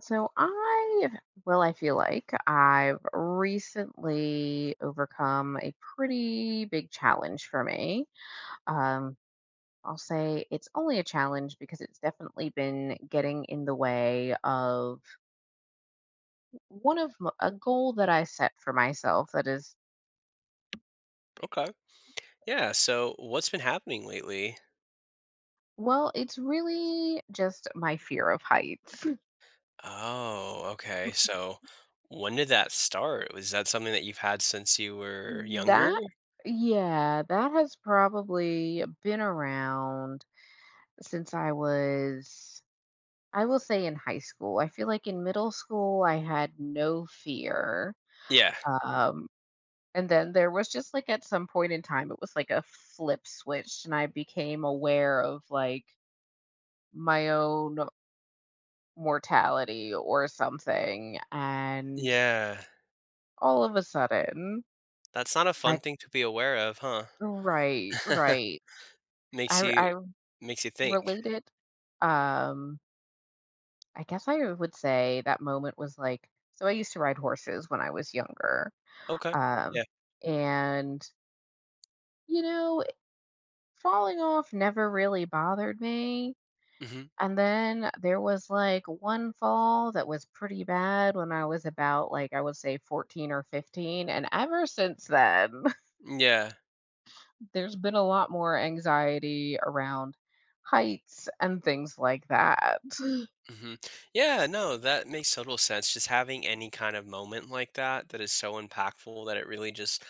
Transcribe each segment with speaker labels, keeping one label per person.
Speaker 1: So I, well, I feel like I've recently overcome a pretty big challenge for me. Um, I'll say it's only a challenge because it's definitely been getting in the way of a goal that I set for myself that is,
Speaker 2: Okay. Yeah. So what's been happening lately?
Speaker 1: well, it's really just my fear of heights.
Speaker 2: Oh, okay. So when did that start? Was that something that you've had since you were younger?
Speaker 1: That, yeah, that has probably been around since I was, I will say, in high school. I feel like in middle school, I had no fear.
Speaker 2: Yeah.
Speaker 1: Um, and then there was just like at some point in time, it was like a flip switch, and I became aware of like my own mortality or something. And
Speaker 2: Yeah.
Speaker 1: all of a sudden,
Speaker 2: That's not a
Speaker 1: I,
Speaker 2: fun thing to be aware of, huh?
Speaker 1: right, right.
Speaker 2: makes you
Speaker 1: I
Speaker 2: makes you think.
Speaker 1: Related. Um, I guess I would say that moment was like, so I used to ride horses when I was younger.
Speaker 2: Okay.
Speaker 1: Um,
Speaker 2: Yeah.
Speaker 1: and, you know, falling off never really bothered me.
Speaker 2: Hmm.
Speaker 1: And then there was like one fall that was pretty bad when I was about, like, I would say 14 or 15. And ever since then,
Speaker 2: Yeah.
Speaker 1: there's been a lot more anxiety around heights and things like that.
Speaker 2: Hmm. Yeah, no, that makes total sense. Just having any kind of moment like that that is so impactful that it really just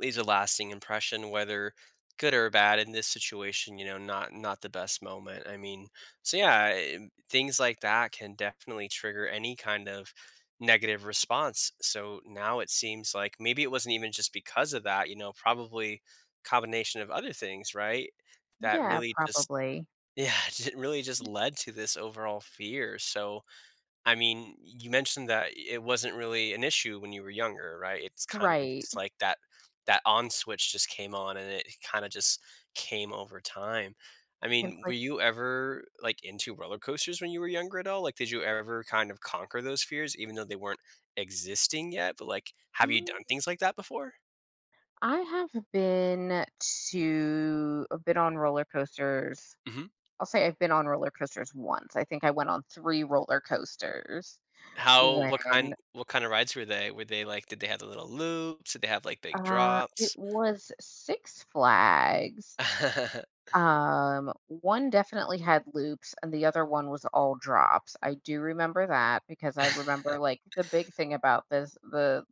Speaker 2: leaves a lasting impression, whether good or bad. In this situation, you know, not the best moment. I mean, so yeah, things like that can definitely trigger any kind of negative response. So now it seems like maybe it wasn't even just because of that. You know, probably combination of other things, right? That
Speaker 1: Yeah,
Speaker 2: really just
Speaker 1: probably.
Speaker 2: Yeah, it really just led to this overall fear. So, I mean, you mentioned that it wasn't really an issue when you were younger, right? It's kind of
Speaker 1: Right.
Speaker 2: just like that on switch just came on and it kind of just came over time. I
Speaker 1: It's
Speaker 2: mean, were
Speaker 1: like,
Speaker 2: you ever like into roller coasters when you were younger at all? Like did you ever kind of conquer those fears even though they weren't existing yet? But like have you
Speaker 1: mm,
Speaker 2: done things like that before?
Speaker 1: I have been I've been on roller coasters.
Speaker 2: Hmm.
Speaker 1: I'll say I've been on roller coasters once. I think I went on 3 roller coasters
Speaker 2: How
Speaker 1: when,
Speaker 2: what kind of rides were they? Were they like did they have the little loops? Did they have like big
Speaker 1: it
Speaker 2: drops?
Speaker 1: was Six Flags. One definitely had loops and the other one was all drops. I do remember that because I remember, like, the big thing about this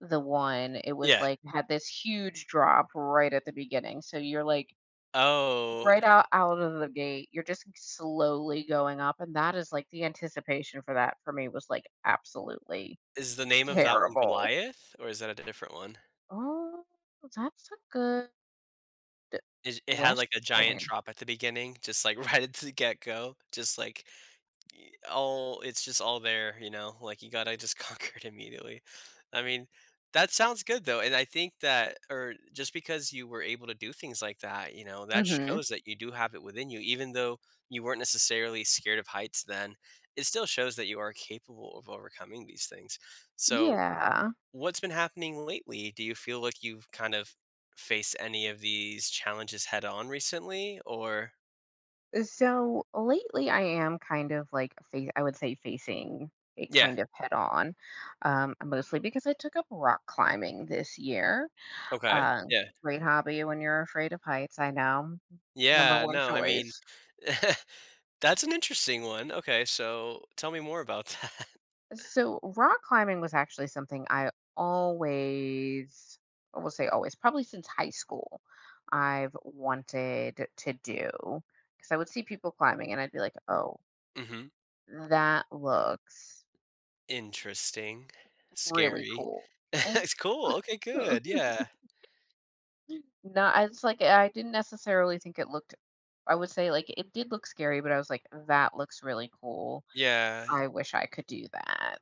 Speaker 1: the one, it was,
Speaker 2: Yeah.
Speaker 1: like, had this huge drop right at the beginning. So you're, like,
Speaker 2: Oh,
Speaker 1: right out of the gate, you're just slowly going up, and that is, like the anticipation for that for me was, like, absolutely
Speaker 2: is the name of that one
Speaker 1: terrible.
Speaker 2: Goliath, or is that a different one?
Speaker 1: Oh, that's a good
Speaker 2: It had, like, a giant
Speaker 1: question.
Speaker 2: drop at the beginning, just, like, right at the get-go, just, like, y all it's just all there, you know? Like, you gotta just conquer it immediately. I mean, that sounds good, though, and I think that, or just because you were able to do things like that, you know, that
Speaker 1: Mhm.
Speaker 2: shows that you do have it within you, even though you weren't necessarily scared of heights then, it still shows that you are capable of overcoming these things. So
Speaker 1: Yeah.
Speaker 2: what's been happening lately? Do you feel like you've kind of faced any of these challenges head on recently, or
Speaker 1: So, lately, I am kind of, like, face I would say facing it
Speaker 2: Yeah.
Speaker 1: kind of head on, mostly because I took up rock climbing this year.
Speaker 2: Okay.
Speaker 1: Uh,
Speaker 2: Yeah.
Speaker 1: Great hobby when you're afraid of heights, I know. Number
Speaker 2: Yeah,
Speaker 1: 1
Speaker 2: no, I mean,
Speaker 1: choice.
Speaker 2: that's an interesting one. Okay, so tell me more about that.
Speaker 1: So rock climbing was actually something I always, I will say always, probably since high school, I've wanted to do because I would see people climbing and I'd be like, oh,
Speaker 2: Mhm.
Speaker 1: that looks
Speaker 2: Interesting.
Speaker 1: really
Speaker 2: Scary.
Speaker 1: cool.
Speaker 2: It's cool. Okay, good. Yeah.
Speaker 1: No, it's like I didn't necessarily think it looked, I would say like it did look scary, but I was like, that looks really cool.
Speaker 2: Yeah,
Speaker 1: I wish I could do that.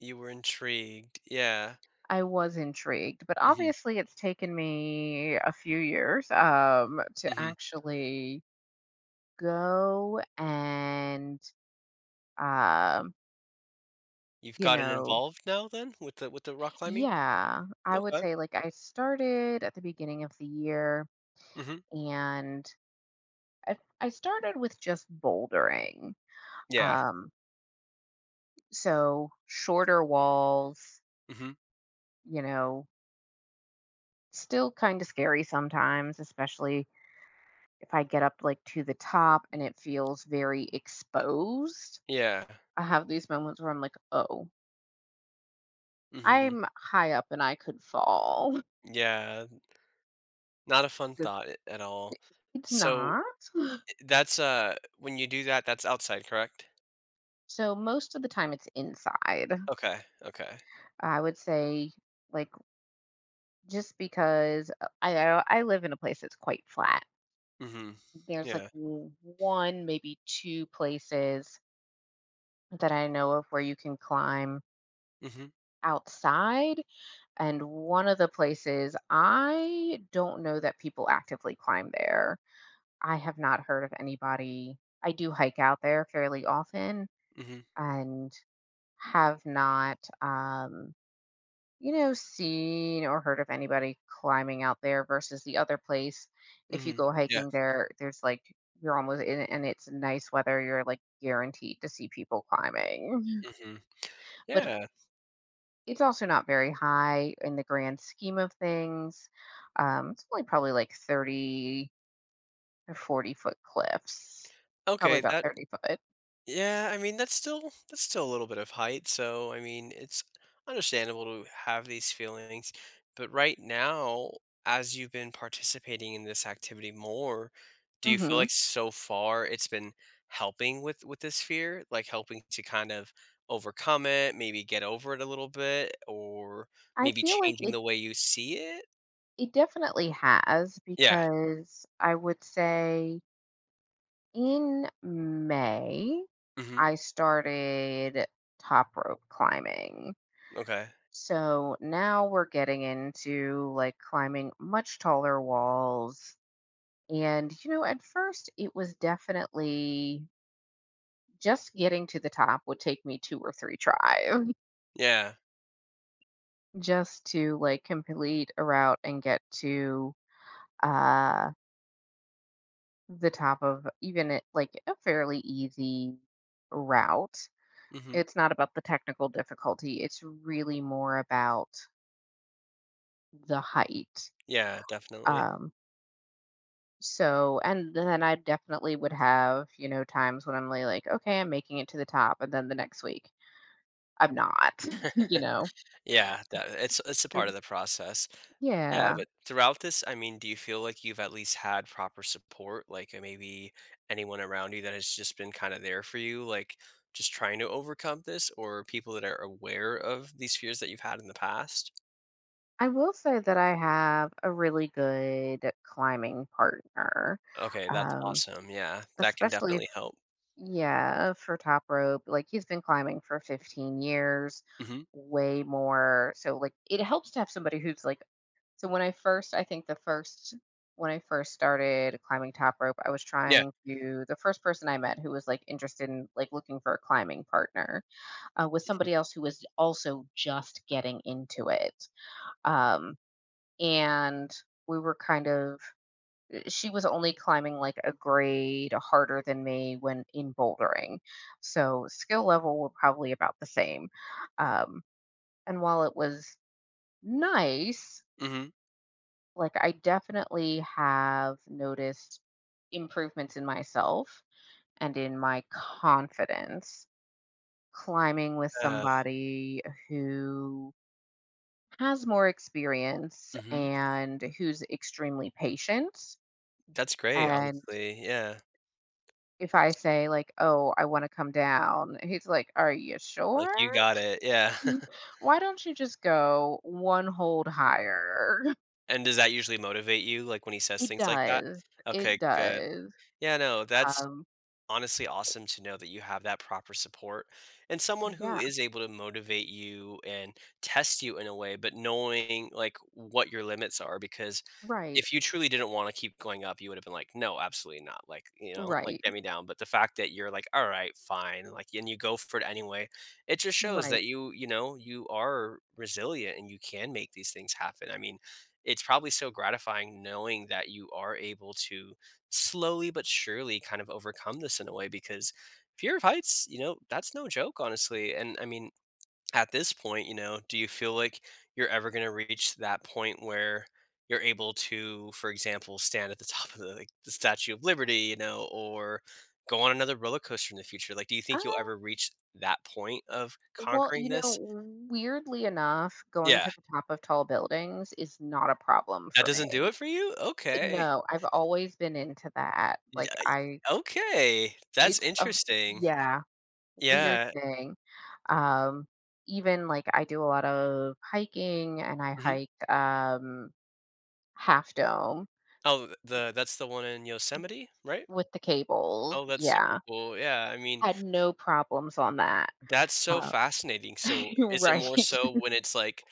Speaker 2: you were intrigued. Yeah.
Speaker 1: I was intrigued, but
Speaker 2: Mhm,
Speaker 1: obviously it's taken me a few years to
Speaker 2: mhm.
Speaker 1: actually go and, um,
Speaker 2: You've
Speaker 1: you
Speaker 2: gotten
Speaker 1: know,
Speaker 2: involved now then with the rock climbing?
Speaker 1: yeah, I would
Speaker 2: Okay.
Speaker 1: say like I started at the beginning of the year,
Speaker 2: Mhm.
Speaker 1: and I started with just bouldering.
Speaker 2: Yeah.
Speaker 1: Um, so shorter walls,
Speaker 2: Mhm.
Speaker 1: you know, still kind of scary sometimes, especially if I get up like to the top and it feels very exposed,
Speaker 2: Yeah.
Speaker 1: I have these moments where I'm like, oh,
Speaker 2: Mhm.
Speaker 1: I'm high up and I could fall.
Speaker 2: Yeah, not a fun
Speaker 1: Good.
Speaker 2: thought a at all.
Speaker 1: It's
Speaker 2: So,
Speaker 1: not.
Speaker 2: that's, when you do that, that's outside, correct?
Speaker 1: So most of the time it's inside.
Speaker 2: Okay, okay.
Speaker 1: I would say like just because I live in a place that's quite flat.
Speaker 2: Mhm.
Speaker 1: There's like
Speaker 2: Yeah.
Speaker 1: one, maybe two places that I know of where you can climb
Speaker 2: Mhm,
Speaker 1: outside. And one of the places, I don't know that people actively climb there. I have not heard of anybody. I do hike out there fairly often
Speaker 2: mhm,
Speaker 1: and have not, you know, seen or heard of anybody climbing out there versus the other place. If you
Speaker 2: mhm.
Speaker 1: go
Speaker 2: Yeah,
Speaker 1: hiking there, there's like, you're almost in and it's nice weather, you're like guaranteed to see people climbing.
Speaker 2: mhm.
Speaker 1: But
Speaker 2: Yeah.
Speaker 1: it's also not very high in the grand scheme of things. It's only probably like 30 or 40-foot cliffs, probably
Speaker 2: Okay,
Speaker 1: about
Speaker 2: that
Speaker 1: 30 foot.
Speaker 2: Yeah, I mean that's still a little bit of height, so I mean it's understandable to have these feelings. But right now, as you've been participating in this activity more, do you feel
Speaker 1: Hmm.
Speaker 2: like so far it's been helping with this fear, like helping to kind of overcome it, maybe get over it a little bit, or
Speaker 1: I
Speaker 2: maybe
Speaker 1: feel like
Speaker 2: changing
Speaker 1: it,
Speaker 2: the way you see it?
Speaker 1: it definitely has
Speaker 2: Yeah.
Speaker 1: because I would say in May,
Speaker 2: Mhm.
Speaker 1: I started top rope climbing.
Speaker 2: Okay.
Speaker 1: So now we're getting into like climbing much taller walls. And, you know, at first it was definitely, just getting to the top would take me two or three tries
Speaker 2: Yeah.
Speaker 1: just to like complete a route and get to uh the top of even it like a fairly easy route.
Speaker 2: Mhm.
Speaker 1: It's not about the technical difficulty. It's really more about the height.
Speaker 2: Yeah, definitely.
Speaker 1: Um so and then I definitely would have, you know, times when I'm like, okay, I'm making it to the top and then the next week I'm not, you know?
Speaker 2: Yeah, that it's a part
Speaker 1: So,
Speaker 2: of the process. Yeah,
Speaker 1: yeah.
Speaker 2: but throughout this, I mean, do you feel like you've at least had proper support? Like maybe anyone around you that has just been kind of there for you, like just trying to overcome this, or people that are aware of these fears that you've had in the past?
Speaker 1: I will say that I have a really good climbing partner,
Speaker 2: Okay, that's
Speaker 1: um,
Speaker 2: awesome. Yeah, that can
Speaker 1: especially if,
Speaker 2: definitely help.
Speaker 1: yeah, for top rope. Like, he's been climbing for 15 years,
Speaker 2: Hmm.
Speaker 1: way more. So, like, it helps to have somebody who's like, so when I first, I think the first, when I first started climbing top rope, I was
Speaker 2: Yeah.
Speaker 1: trying to, the first person I met who was like interested in like looking for a climbing partner with
Speaker 2: Hmm.
Speaker 1: somebody else who was also just getting into it. Um, and we were kind of, she was only climbing like a grade harder than me when in bouldering. So skill level were probably about the same. Um, and while it was nice,
Speaker 2: Hmm.
Speaker 1: like I definitely have noticed improvements in myself and in my confidence climbing with
Speaker 2: Uh,
Speaker 1: somebody who has more experience
Speaker 2: hmm.
Speaker 1: and who's extremely patient.
Speaker 2: That's great,
Speaker 1: And
Speaker 2: honestly. Yeah.
Speaker 1: if I say, like, oh, I want to come down, he's like, are you
Speaker 2: Like you
Speaker 1: sure?
Speaker 2: got it. Yeah.
Speaker 1: Mm, Why don't you just go one hold higher?
Speaker 2: And does that usually motivate you, like when he says
Speaker 1: It
Speaker 2: things like that?
Speaker 1: does.
Speaker 2: Okay,
Speaker 1: It
Speaker 2: good.
Speaker 1: does.
Speaker 2: Yeah, no, that's
Speaker 1: Um,
Speaker 2: honestly awesome to know that you have that proper support and someone who
Speaker 1: yeah,
Speaker 2: is able to motivate you and test you in a way, but knowing like what your limits are. Because
Speaker 1: right,
Speaker 2: if you truly didn't want to keep going up, you would have been like, no, absolutely not. Like, you know, like
Speaker 1: right,
Speaker 2: get me down. But the fact that you're like, all right, fine, like, and you go for it anyway, it just shows
Speaker 1: right.
Speaker 2: that you know, you are resilient and you can make these things happen. I mean, it's probably so gratifying knowing that you are able to slowly but surely kind of overcome this in a way, because fear of heights, you know, that's no joke, honestly. And I mean, at this point, you know, do you feel like you're ever going to reach that point where you're able to, for example, stand at the top of the, like, the Statue of Liberty, you know, or go on another roller coaster in the future? Like, do you
Speaker 1: Uh,
Speaker 2: think you'll ever reach that point of
Speaker 1: well,
Speaker 2: conquering
Speaker 1: you know,
Speaker 2: this?
Speaker 1: weirdly enough, going
Speaker 2: Yeah,
Speaker 1: to the top of tall buildings is not a problem
Speaker 2: that
Speaker 1: for
Speaker 2: doesn't do it
Speaker 1: me.
Speaker 2: for you? Okay.
Speaker 1: No, I've always been into that,
Speaker 2: Yeah.
Speaker 1: like, I
Speaker 2: Okay. That's
Speaker 1: it's a
Speaker 2: interesting.
Speaker 1: yeah, weird
Speaker 2: Yeah.
Speaker 1: thing, um, even, like, I do a lot of hiking, and I hike, Half Dome
Speaker 2: Oh, the that's the one in Yosemite, right?
Speaker 1: with the cables,
Speaker 2: Oh, that's super
Speaker 1: yeah,
Speaker 2: cool, yeah, I mean,
Speaker 1: had no problems on that.
Speaker 2: that's so
Speaker 1: uh
Speaker 2: fascinating. So, is it
Speaker 1: Right,
Speaker 2: more so when it's, like,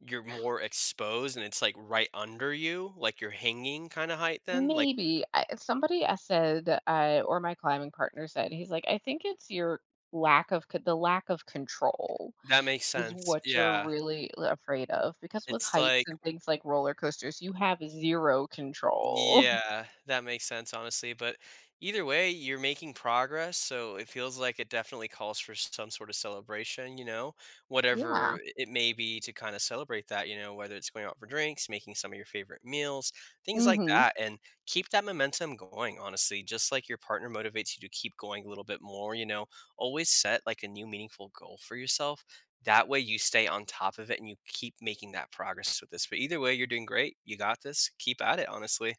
Speaker 2: you're more exposed and it's, like, right under you, like, you're hanging kinda height then? Like,
Speaker 1: maybe, I somebody, said, or my climbing partner said, he's like, "I think it's your lack of c the lack of control"
Speaker 2: that makes
Speaker 1: is
Speaker 2: sense,
Speaker 1: what you're
Speaker 2: yeah.
Speaker 1: really afraid of, because with
Speaker 2: It's
Speaker 1: heights
Speaker 2: like.
Speaker 1: and things like roller coasters, you have 0 control.
Speaker 2: Yeah, that makes sense, honestly. But either way, you're making progress. So it feels like it definitely calls for some sort of celebration, you know, whatever
Speaker 1: Yeah.
Speaker 2: it may be to kind of celebrate that, you know, whether it's going out for drinks, making some of your favorite meals, things like
Speaker 1: Mhm.
Speaker 2: that. And keep that momentum going, honestly. Just like your partner motivates you to keep going a little bit more, you know, always set like a new meaningful goal for yourself. That way you stay on top of it and you keep making that progress with this. But either way, you're doing great. You got this. Keep at it, honestly.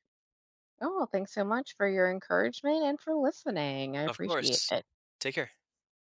Speaker 1: Oh, thanks so much for your encouragement and for listening. I
Speaker 2: Of
Speaker 1: appreciate
Speaker 2: course.
Speaker 1: it.
Speaker 2: Take care.